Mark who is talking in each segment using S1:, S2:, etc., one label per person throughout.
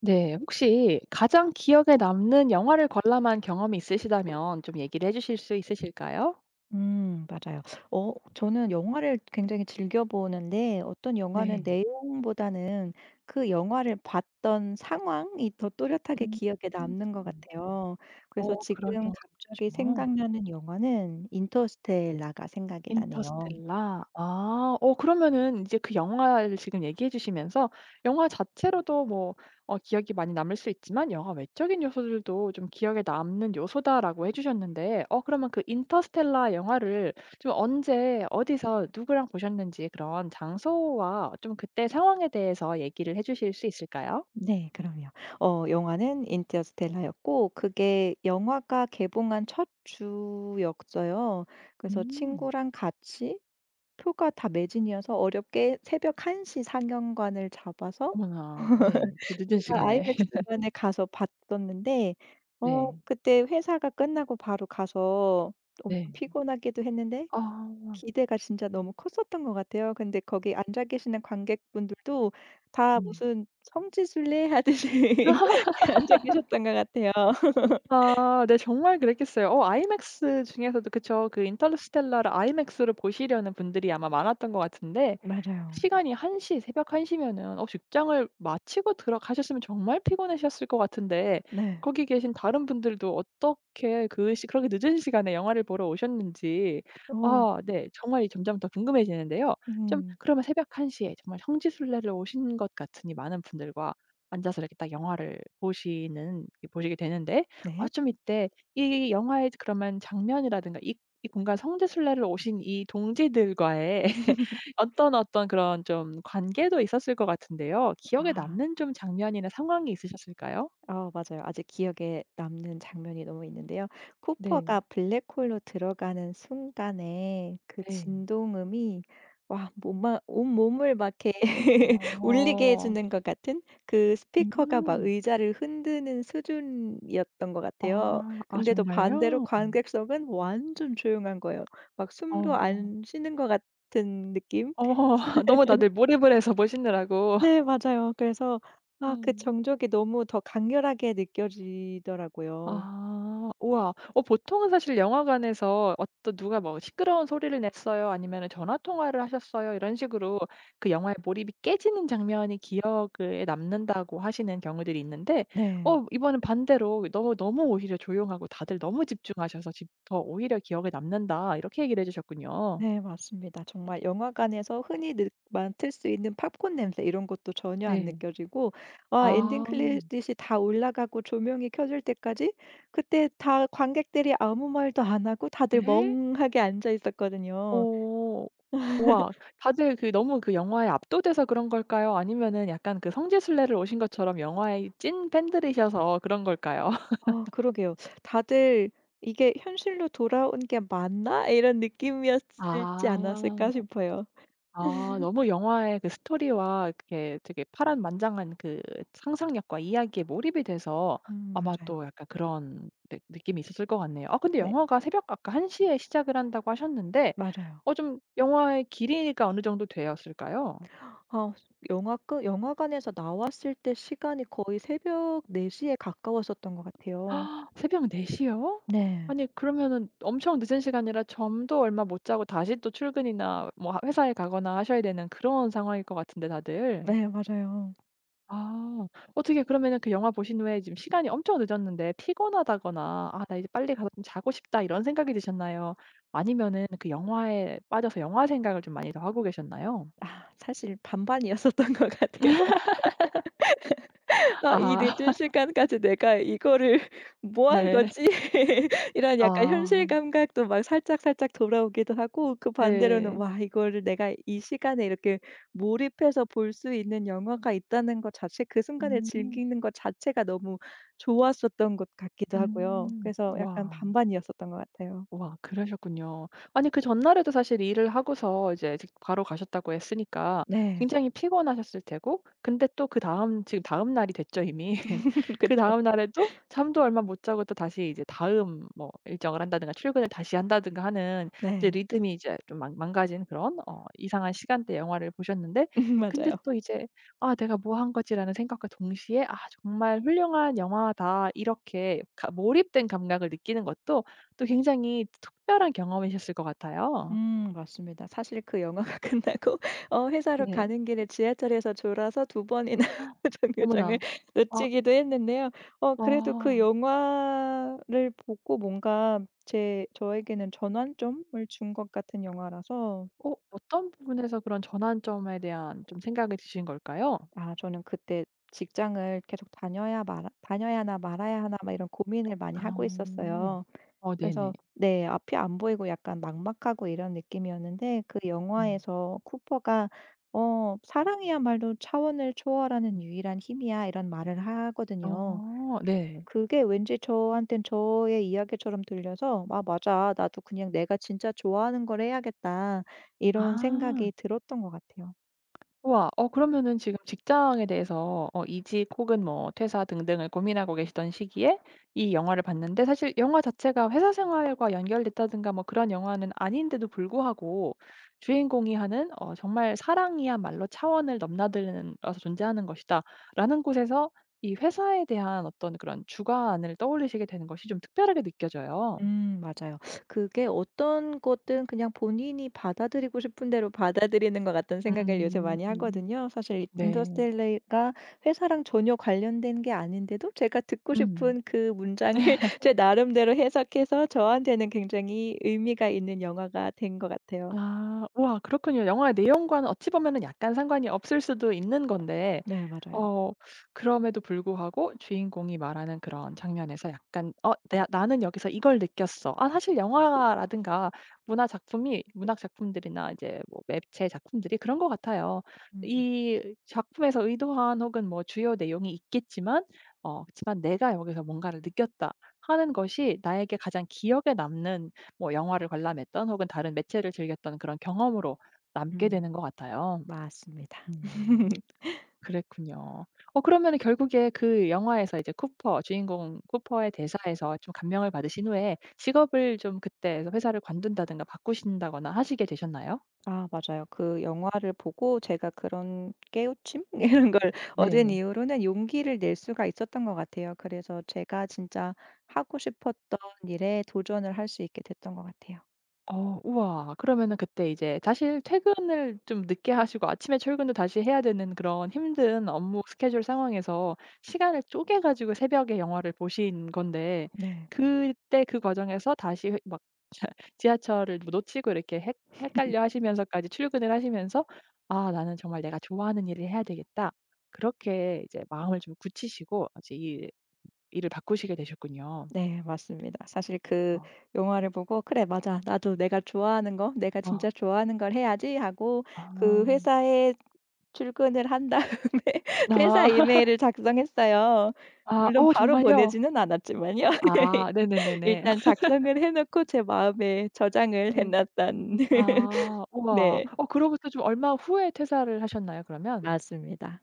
S1: 네. 혹시 가장 기억에 남는 영화를 관람한 경험이 있으시다면 좀 얘기를 해 주실 수 있으실까요?
S2: 맞아요. 저는 영화를 굉장히 즐겨 보는데 어떤 영화는
S1: 네.
S2: 내용보다는 그 영화를 봤던 상황이 더 또렷하게
S1: 음.
S2: 기억에 남는 것
S1: 음.
S2: 같아요. 그래서
S1: 어 그럴
S2: 지금
S1: 경우도 있죠.
S2: 갑자기 생각나는 영화는 인터스텔라가 생각이 나네요.
S1: 인터스텔라. 아. 어 그러면은 이제 그 영화를 지금 얘기해 주시면서 영화 자체로도 뭐 어 기억이 많이 남을 수 있지만 영화 외적인 요소들도 좀 기억에 남는 요소다라고 해 주셨는데 어 그러면 그 인터스텔라 영화를 좀 언제 어디서 누구랑 보셨는지 그런 장소와 좀 그때 상황에 대해서 얘기를 해 주실 수 있을까요?
S2: 네, 그럼요. 영화는 인터스텔라였고 그게 영화가 개봉한 첫 주였어요. 그래서
S1: 음.
S2: 친구랑 같이 표가 다 매진이어서 어렵게 새벽 1시 상영관을 잡아서
S1: 어머나. 네. 그 늦은
S2: 제가
S1: 시간에.
S2: 아이맥스관에 가서 봤었는데
S1: 네.
S2: 그때 회사가 끝나고 바로 가서 엄청
S1: 네.
S2: 피곤하기도 했는데
S1: 아.
S2: 기대가 진짜 너무 컸었던 것 같아요. 근데 거기 앉아 계시는 관객분들도 다
S1: 음.
S2: 무슨 성지순례 하듯이 앉아 계셨던 것 같아요.
S1: 아 네 정말 그랬겠어요. 어 아이맥스 중에서도 그쵸. 그 인터스텔라를 아이맥스로 보시려는 분들이 아마 많았던 것 같은데
S2: 맞아요.
S1: 시간이 1시 새벽 1 시면은 어 직장을 마치고 들어가셨으면 정말 피곤하셨을 것 같은데
S2: 네.
S1: 거기 계신 다른 분들도 어떻게 그 시 그렇게 늦은 시간에 영화를 보러 오셨는지
S2: 어.
S1: 아 네 정말 점점 더 궁금해지는데요. 좀
S2: 음.
S1: 그러면 새벽 1 시에 정말 성지순례를 오신 것 같으니 많은 분들과 앉아서 이렇게 딱 영화를 보시는 보시게 되는데 아
S2: 네.
S1: 좀 이때 이 영화의 그러면 장면이라든가 이 이 공간 성지순례를 오신 이 동지들과의 어떤 어떤 그런 좀 관계도 있었을 것 같은데요. 기억에
S2: 아.
S1: 남는 좀 장면이나 상황이 있으셨을까요?
S2: 맞아요. 아직 기억에 남는 장면이 너무 있는데요. 쿠퍼가
S1: 네.
S2: 블랙홀로 들어가는 순간에 그
S1: 네.
S2: 진동음이 와 몸만 온몸을 막 이렇게 울리게 해
S1: 어.
S2: 주는 것 같은 그 스피커가 막
S1: 음.
S2: 의자를 흔드는 수준이었던 것 같아요.
S1: 아. 아
S2: 근데도 반대로
S1: 정말요? 음.
S2: 관객석은 완전 조용한 거예요. 막
S1: 어.
S2: 숨도
S1: 어.
S2: 안 쉬는 것 같은 느낌?
S1: 너무 다들 몰입을 해서 보시느라고.
S2: 네, 맞아요. 그래서
S1: 어.
S2: 그 정적이 너무 더 강렬하게 느껴지더라고요.
S1: 아. 우와. 어 보통은 사실 영화관에서 어떤 누가 뭐 "시끄러운 소리를 냈어요." 아니면 "전화 통화를 하셨어요." 이런 식으로 그 영화의 몰입이 깨지는 장면이 기억에 남는다고 하시는 경우들이 있는데
S2: 네.
S1: 어 이번엔 반대로 너 너무 오히려 조용하고 다들 너무 집중하셔서 집 더 오히려 기억에 남는다. 이렇게 얘기를 해 주셨군요.
S2: 네, 맞습니다. 정말 영화관에서 흔히 느 맡을 수 있는 팝콘 냄새 이런 것도 전혀 안
S1: 네.
S2: 느껴지고 엔딩
S1: 아.
S2: 크레딧이 다 올라가고 조명이 켜질 때까지 그때 다 관객들이 아무 말도 안 하고 다들
S1: 네?
S2: 멍하게 앉아 있었거든요.
S1: 오, 우와. 다들 그 너무 그 영화에 압도돼서 그런 걸까요? 아니면은 약간 그 성지순례를 오신 것처럼 영화의 찐 팬들이셔서 그런 걸까요?
S2: 그러게요. 다들 '이게 현실로 돌아온 게 맞나?' 이런 느낌이었을지 않았을까
S1: 아.
S2: 싶어요.
S1: 아 너무 영화의 그 스토리와 그게 되게 파란만장한 그 상상력과 이야기에 몰입이 돼서
S2: 음,
S1: 아마 또
S2: 맞아요.
S1: 약간 그런 느 느낌이 있었을 것 같네요. 아 근데
S2: 네.
S1: 영화가 새벽 아까 1 시에 시작을 한다고 하셨는데
S2: 맞아요.
S1: 어 좀 영화의 길이가 어느 정도 되었을까요?
S2: 아 영화관에서 나왔을 때 시간이 거의 새벽 4시에 가까웠었던 것 같아요.
S1: 아 새벽 4 시요?
S2: 네.
S1: 아니 그러면은 엄청 늦은 시간이라 잠도 얼마 못 자고 다시 또 출근이나 뭐 하 회사에 가거나 하셔야 되는 그런 상황일 것 같은데 다들.
S2: 네, 맞아요.
S1: 아 어떻게 그러면은 그 영화 보신 후에 지금 시간이 엄청 늦었는데 피곤하다거나 '아 나 이제 빨리 가서 좀 자고 싶다.' 이런 생각이 드셨나요? 아니면은 그 영화에 빠져서 영화 생각을 좀 많이 더 하고 계셨나요?
S2: 사실 반반이었었던 것 같아요. 이
S1: 아
S2: 늦은 시간까지 내가 이거를 뭐한
S1: 네.
S2: 거지?' 이런 약간 현실
S1: 아
S2: 감각도 막 살짝살짝 돌아오기도 하고 그 반대로는
S1: 네.
S2: '와 이거를 내가 이 시간에 이렇게 몰입해서 볼 수 있는 영화가 있다는 것 자체 그 순간을
S1: 음.
S2: 즐기는 것 자체가 너무 좋았었던 것 같기도 하고요.'
S1: 음.
S2: 그래서 약간
S1: 와.
S2: 반반이었었던 것 같아요.
S1: 와 그러셨군요. 아니 그 전날에도 사실 일을 하고서 이제 직 바로 가셨다고 했으니까
S2: 네.
S1: 굉장히 피곤하셨을 테고 근데 또 그다음 지금 다음 날이 됐죠 이미.
S2: 그쵸.
S1: 그다음 날에도 잠도 얼마 못 자고 또 다시 이제 다음 뭐 일정을 한다든가 출근을 다시 한다든가 하는 이제
S2: 네.
S1: 리듬이 이제 좀 망 망가진 그런 어 이상한 시간대 영화를 보셨는데 근데
S2: 맞아요.
S1: 또 이제 '아 내가 뭐 한 거지?'라는 생각과 동시에 '아 정말 훌륭한 영화다.' 이렇게 가 몰입된 감각을 느끼는 것도 또 굉장히 특별한 경험이셨을 것 같아요.
S2: 음, 맞습니다. 사실 그 영화가 끝나고 회사로
S1: 네.
S2: 가는 길에 지하철에서 졸아서 2번이나 정류장을
S1: 어머나. 아
S2: 놓치기도 했는데요. 그래도
S1: 아.
S2: 그 영화를 보고 뭔가 제 저에게는 전환점을 준 것 같은 영화라서
S1: 어 어떤 부분에서 그런 전환점에 대한 좀 생각이 드신 걸까요?
S2: 저는 그때 직장을 계속 다녀야 하나 말아야 하나 막 이런 고민을 많이 하고
S1: 아.
S2: 있었어요.
S1: 어 네네.
S2: 그래서 네, 앞이 안 보이고 약간 막막하고 이런 느낌이었는데 그
S1: 음.
S2: 영화에서 쿠퍼가 "사랑이야말로 차원을 초월하는 유일한 힘이야." 이런 말을 하거든요.
S1: 어 네.
S2: 그게 왠지 저한텐 저의 이야기처럼 들려서 '아, 맞아. 나도 그냥 내가 진짜 좋아하는 걸 해야겠다.' 이런
S1: 아.
S2: 생각이 들었던 것 같아요.
S1: 우와. 어 그러면은 지금 직장에 대해서 어 이직 혹은 뭐 퇴사 등등을 고민하고 계시던 시기에 이 영화를 봤는데 사실 영화 자체가 회사 생활과 연결됐다든가 뭐 그런 영화는 아닌데도 불구하고 주인공이 하는 어 '정말 사랑이야말로 차원을 넘나드는 어서 존재하는 것이다.'라는 곳에서 이 회사에 대한 어떤 그런 주관을 떠올리시게 되는 것이 좀 특별하게 느껴져요.
S2: 음, 맞아요. 그게 어떤 것든 그냥 본인이 받아들이고 싶은 대로 받아들이는 것 같다는 생각을 요새 많이
S1: 음.
S2: 하거든요. 사실
S1: 네.
S2: 인터스텔라가 회사랑 전혀 관련된 게 아닌데도 제가 듣고
S1: 음.
S2: 싶은 그 문장을 제 나름대로 해석해서 저한테는 굉장히 의미가 있는 영화가 된 것 같아요.
S1: 아. 우와 그렇군요. 영화의 내용과는 어찌 보면은 약간 상관이 없을 수도 있는 건데
S2: 네, 맞아요.
S1: 어 그럼에도 불구하고 주인공이 말하는 그런 장면에서 약간 '어 내 나는 여기서 이걸 느꼈어.' 아 사실 영화라든가 문화 작품이 문학 작품들이나 이제 뭐 매체 작품들이 그런 것 같아요.
S2: 음.
S1: 이 작품에서 의도한 혹은 뭐 주요 내용이 있겠지만 어 그치만 '내가 여기서 뭔가를 느꼈다.' 하는 것이 나에게 가장 기억에 남는 뭐 영화를 관람했던 혹은 다른 매체를 즐겼던 그런 경험으로 남게
S2: 음,
S1: 되는 것 같아요.
S2: 맞습니다.
S1: 음 그랬군요. 어 그러면은 결국에 그 영화에서 이제 쿠퍼 주인공 쿠퍼의 대사에서 좀 감명을 받으신 후에 직업을 좀 그때 회사를 관둔다든가 바꾸신다거나 하시게 되셨나요?
S2: 맞아요. 그 영화를 보고 제가 그런 깨우침 이런 걸 얻은
S1: 네.
S2: 이후로는 용기를 낼 수가 있었던 것 같아요. 그래서 제가 진짜 하고 싶었던 일에 도전을 할 수 있게 됐던 것 같아요.
S1: 어 우와. 그러면은 그때 이제 사실 퇴근을 좀 늦게 하시고 아침에 출근도 다시 해야 되는 그런 힘든 업무 스케줄 상황에서 시간을 쪼개 가지고 새벽에 영화를 보신 건데
S2: 네.
S1: 그때 그 과정에서 다시 회 막 지하철을 뭐 놓치고 이렇게 헷 헷갈려 하시면서까지 출근을 하시면서 '아 나는 정말 내가 좋아하는 일을 해야 되겠다.' 그렇게 이제 마음을 좀 굳히시고 이제 이 일을 바꾸시게 되셨군요.
S2: 네, 맞습니다. 사실 그
S1: 어.
S2: 영화를 보고 '그래, 맞아. 나도 내가 좋아하는 거 내가
S1: 어.
S2: 진짜 좋아하는 걸 해야지.' 하고
S1: 아.
S2: 그
S1: 아.
S2: 회사에 출근을 한 다음에 퇴사 이메일을 작성했어요.
S1: 아,
S2: 물론
S1: 어
S2: 바로
S1: 정말요?
S2: 보내지는 않았지만요.
S1: 아 네네네네.
S2: 일단 작성을 해 놓고 제 마음에 저장을 해
S1: 네.
S2: 놨던
S1: 아 우와.
S2: 네.
S1: 어 그로부터 좀 얼마 후에 퇴사를 하셨나요 그러면?
S2: 맞습니다.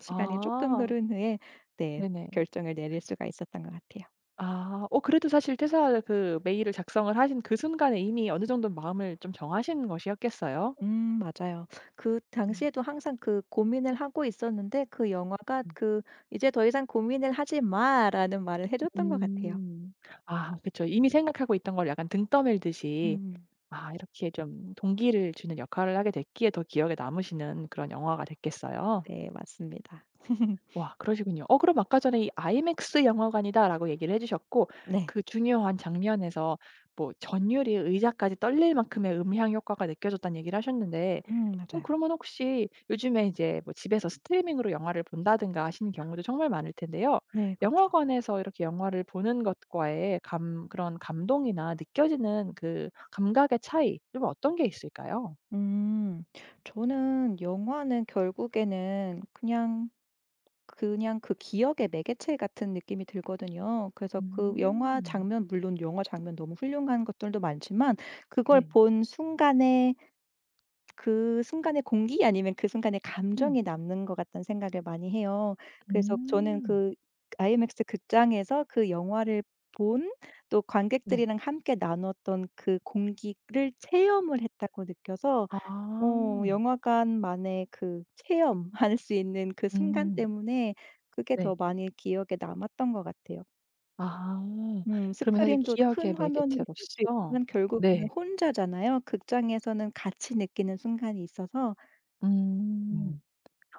S2: 시간이 쪼끔
S1: 아
S2: 흐른 후에 네,
S1: 네네.
S2: 결정을 내릴 수가 있었던 것 같아요.
S1: 아 어 그래도 사실 퇴사 그 메일을 작성을 하신 그 순간에 이미 어느 정도 마음을 좀 정하신 것이었겠어요?
S2: 음, 맞아요. 그
S1: 음
S2: 당시에도 항상 그 고민을 하고 있었는데 그 영화가
S1: 음.
S2: 그 "이제 더 이상 고민을 하지 마."라는 말을 해 줬던 것 같아요.
S1: 음. 아 그쵸. 이미 생각하고 있던 걸 약간 등 떠밀듯이
S2: 음.
S1: 아 이렇게 좀 동기를 주는 역할을 하게 됐기에 더 기억에 남으시는 그런 영화가 됐겠어요?
S2: 네, 맞습니다.
S1: 와 그러시군요. 어 그럼 아까 전에 이 IMAX 영화관이다라고 얘기를 해 주셨고
S2: 네.
S1: 그 중요한 장면에서 뭐 전율이 의자까지 떨릴 만큼의 음향 효과가 느껴졌다는 얘기를 하셨는데
S2: 음,
S1: 어
S2: 맞아요.
S1: 그러면 혹시 요즘에 이제 뭐 집에서 스트리밍으로 영화를 본다든가 하시는 경우도 정말 많을 텐데요.
S2: 네, 그쵸.
S1: 영화관에서 이렇게 영화를 보는 것과의 감 그런 감동이나 느껴지는 그 감각의 차이 좀 어떤 게 있을까요?
S2: 음 저는 영화는 결국에는 그냥 그 기억의 매개체 같은 느낌이 들거든요. 그래서 그 영화
S1: 음.
S2: 장면 물론 영화 장면 너무 훌륭한 것들도 많지만 그걸
S1: 네.
S2: 본 순간에 그 순간의 공기 아니면 그 순간의
S1: 음.
S2: 감정이 남는 것 같다는 생각을 많이 해요. 그래서 저는
S1: 음.
S2: 그 IMAX 극장에서 그 영화를 본 또
S1: 네.
S2: 관객들이랑 함께 나눴던 그 공기를 체험을 했다고 느껴서
S1: 아.
S2: 영화관만의 그 체험할 수 있는 그 순간
S1: 음.
S2: 때문에 그게
S1: 네.
S2: 더 많이 기억에 남았던 것 같아요.
S1: 아.
S2: 음,
S1: 그러면 사실
S2: 스크린도
S1: 기억의
S2: 큰 화면으로 볼 수
S1: 매개체로서
S2: 있지만 결국에는
S1: 네.
S2: 혼자잖아요. 극장에서는 같이 느끼는 순간이 있어서
S1: 음.
S2: 음.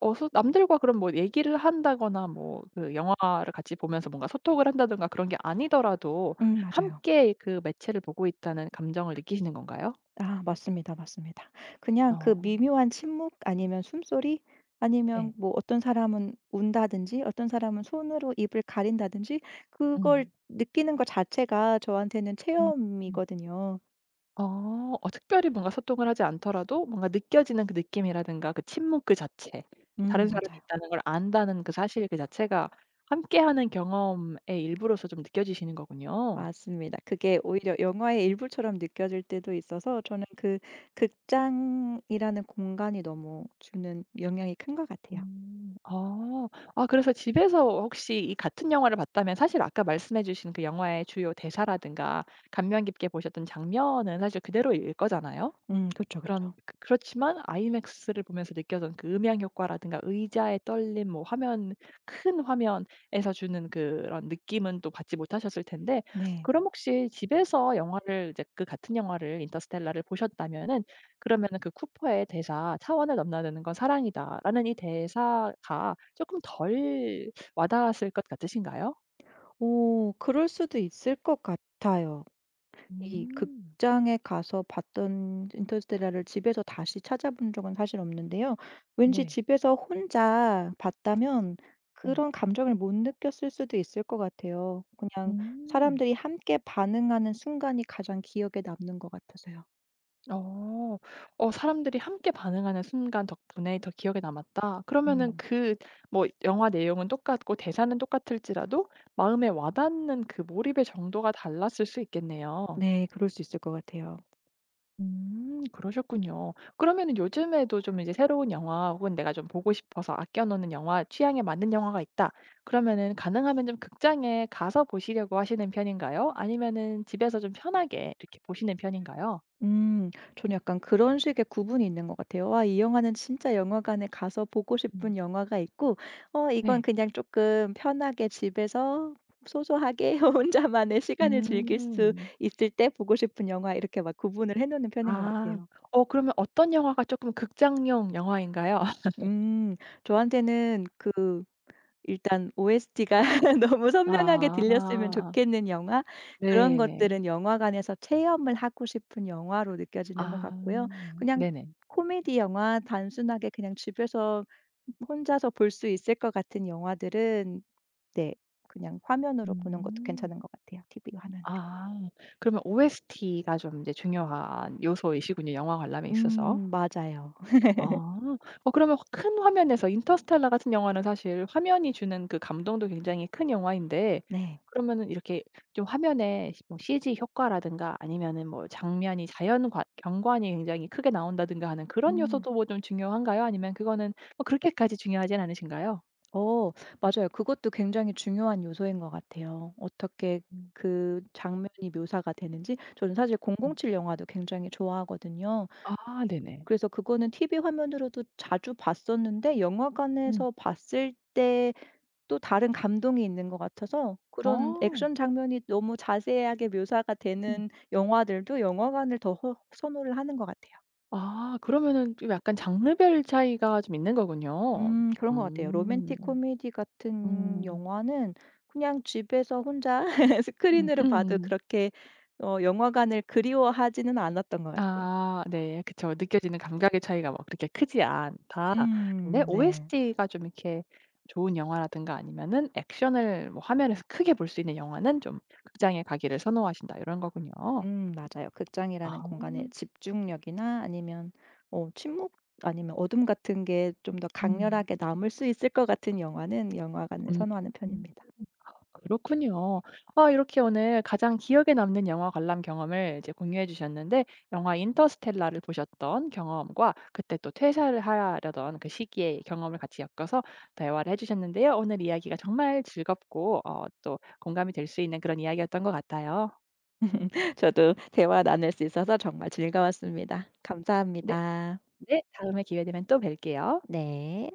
S1: 어 소 남들과 그럼 뭐 얘기를 한다거나 뭐 그 영화를 같이 보면서 뭔가 소통을 한다든가 그런 게 아니더라도
S2: 음, 맞아요.
S1: 함께 그 매체를 보고 있다는 감정을 느끼시는 건가요?
S2: 맞습니다, 맞습니다. 그냥 그
S1: 어.
S2: 미묘한 침묵 아니면 숨소리 아니면
S1: 네.
S2: 뭐 어떤 사람은 운다든지 어떤 사람은 손으로 입을 가린다든지 그걸
S1: 음.
S2: 느끼는 것 자체가 저한테는
S1: 음.
S2: 체험이거든요.
S1: 어. 어 특별히 뭔가 소통을 하지 않더라도 뭔가 느껴지는 그 느낌이라든가 그 침묵 그 자체,
S2: 음,
S1: 다른 사람이
S2: 맞아요.
S1: 있다는 걸 안다는 그 사실 그 자체가 함께하는 경험의 일부로서 좀 느껴지시는 거군요.
S2: 맞습니다. 그게 오히려 영화의 일부처럼 느껴질 때도 있어서 저는 그 극장이라는 공간이 너무 주는 영향이 큰 것 같아요.
S1: 음. 아. 아 그래서 집에서 혹시 이 같은 영화를 봤다면 사실 아까 말씀해 주신 그 영화의 주요 대사라든가 감명 깊게 보셨던 장면은 사실 그대로일 거잖아요?
S2: 그죠그죠
S1: 그런 그 그렇지만 아이맥스를 보면서 느껴던 그 음향 효과라든가 의자의 떨림 뭐 화면 큰 화면에서 주는 그런 느낌은 또 받지 못하셨을 텐데
S2: 네.
S1: 그럼 혹시 집에서 영화를 이제 그 같은 영화를 인터스텔라를 보셨다면은 그러면은 그 쿠퍼의 대사 "차원을 넘나드는 건 사랑이다."라는 이 대사가 조금 덜 와닿았을 것 같으신가요?
S2: 오, 그럴 수도 있을 것 같아요. 이
S1: 음.
S2: 극장에 가서 봤던 인터스텔라를 집에서 다시 찾아본 적은 사실 없는데요. 왠지
S1: 네.
S2: 집에서 혼자 봤다면
S1: 음.
S2: 그런 감정을 못 느꼈을 수도 있을 것 같아요. 그냥
S1: 음.
S2: 사람들이 함께 반응하는 순간이 가장 기억에 남는 것 같아서요.
S1: 어. 어 사람들이 함께 반응하는 순간 덕분에 더 기억에 남았다. 그러면은
S2: 음.
S1: 그 뭐 영화 내용은 똑같고 대사는 똑같을지라도 마음에 와닿는 그 몰입의 정도가 달랐을 수 있겠네요.
S2: 네. 그럴 수 있을 것 같아요.
S1: 그러셨군요. 그러면은 요즘에도 좀 이제 새로운 영화 혹은 내가 좀 보고 싶어서 아껴 놓는 영화, 취향에 맞는 영화가 있다. 그러면은 가능하면 좀 극장에 가서 보시려고 하시는 편인가요? 아니면은 집에서 좀 편하게 이렇게 보시는 편인가요?
S2: 음. 저는 약간 그런 식의 구분이 있는 것 같아요. '와 이 영화는 진짜 영화관에 가서 보고
S1: 음.
S2: 싶은 영화가 있고 이건
S1: 네.
S2: 그냥 조금 편하게 집에서 소소하게 혼자만의 시간을 즐길 수
S1: 음.
S2: 있을 때 보고 싶은 영화.' 이렇게 막 구분을 해 놓는 편인 것
S1: 아.
S2: 같아요.
S1: 어 그러면 어떤 영화가 쪼끔 극장용 영화인가요?
S2: 음. 저한테는 그 일단 OST가 너무 선명하게
S1: 아.
S2: 들렸으면 좋겠는 영화 그런
S1: 네네.
S2: 것들은 영화관에서 체험을 하고 싶은 영화로 느껴지는 것
S1: 아.
S2: 같고요. 그냥
S1: 네네.
S2: 코미디 영화 단순하게 그냥 집에서 혼자서 볼 수 있을 것 같은 영화들은 네, 그냥 화면으로 보는 것도
S1: 음.
S2: 괜찮은 것 같아요, TV 화면으로.
S1: 아. 그러면 OST가 좀 이제 중요한 요소이시군요, 영화 관람에 있어서.
S2: 음, 맞아요.
S1: 아. 어 그러면 큰 화면에서 인터스텔라 같은 영화는 사실 화면이 주는 그 감동도 굉장히 큰 영화인데
S2: 네.
S1: 그러면은 이렇게 좀 화면에 뭐 CG 효과라든가 아니면은 뭐 장면이 자연 관 경관이 굉장히 크게 나온다든가 하는 그런
S2: 음.
S1: 요소도 뭐 좀 중요한가요? 아니면 그거는 뭐 그렇게까지 중요하진 않으신가요?
S2: 어 맞아요. 그것도 굉장히 중요한 요소인 것 같아요. 어떻게
S1: 음
S2: 그 장면이 묘사가 되는지 저는 사실
S1: 음.
S2: 007 영화도 굉장히 좋아하거든요.
S1: 아 네네.
S2: 그래서 그거는 TV 화면으로도 자주 봤었는데
S1: 음.
S2: 영화관에서 봤을 때 또 다른 감동이 있는 것 같아서 그런
S1: 어.
S2: 액션 장면이 너무 자세하게 묘사가
S1: 음.
S2: 되는 영화들도 영화관을 더 허 선호를 하는 것 같아요.
S1: 아 그러면은 좀 약간 장르별 차이가 좀 있는 거군요.
S2: 음, 그런 것 같아요.
S1: 음.
S2: 로맨틱 코미디 같은
S1: 음.
S2: 영화는 그냥 집에서 혼자
S1: 음.
S2: 스크린으로 봐도
S1: 음.
S2: 그렇게 영화관을 그리워하지는 않았던 것 같아요.
S1: 아 네. 그쵸. 느껴지는 감각의 차이가 막 그렇게 크지 않다. 근데
S2: 음. 네.
S1: OST가 좀 이렇게 좋은 영화라든가 아니면은 액션을 뭐 화면에서 크게 볼 수 있는 영화는 좀 극장에 가기를 선호하신다. 요런 거군요.
S2: 음, 맞아요. 극장이라는
S1: 아.
S2: 공간의 집중력이나 아니면 침묵 아니면 어둠 같은 게 좀 더
S1: 음.
S2: 강렬하게 남을 수 있을 것 같은 영화는 영화관을 선호하는
S1: 음.
S2: 편입니다.
S1: 그렇군요. 아 이렇게 오늘 가장 기억에 남는 영화 관람 경험을 이제 공유해 주셨는데 영화 인터스텔라를 보셨던 경험과 그때 또 퇴사를 하려던 그 시기의 경험을 같이 엮어서 대화를 해 주셨는데요. 오늘 이야기가 정말 즐겁고 어 또 공감이 될 수 있는 그런 이야기였던 것 같아요.
S2: 저도 대화 나눌 수 있어서 정말 즐거웠습니다.
S1: 네.
S2: 감사합니다.
S1: 네. 다음에 기회 되면 또 뵐게요.
S2: 네.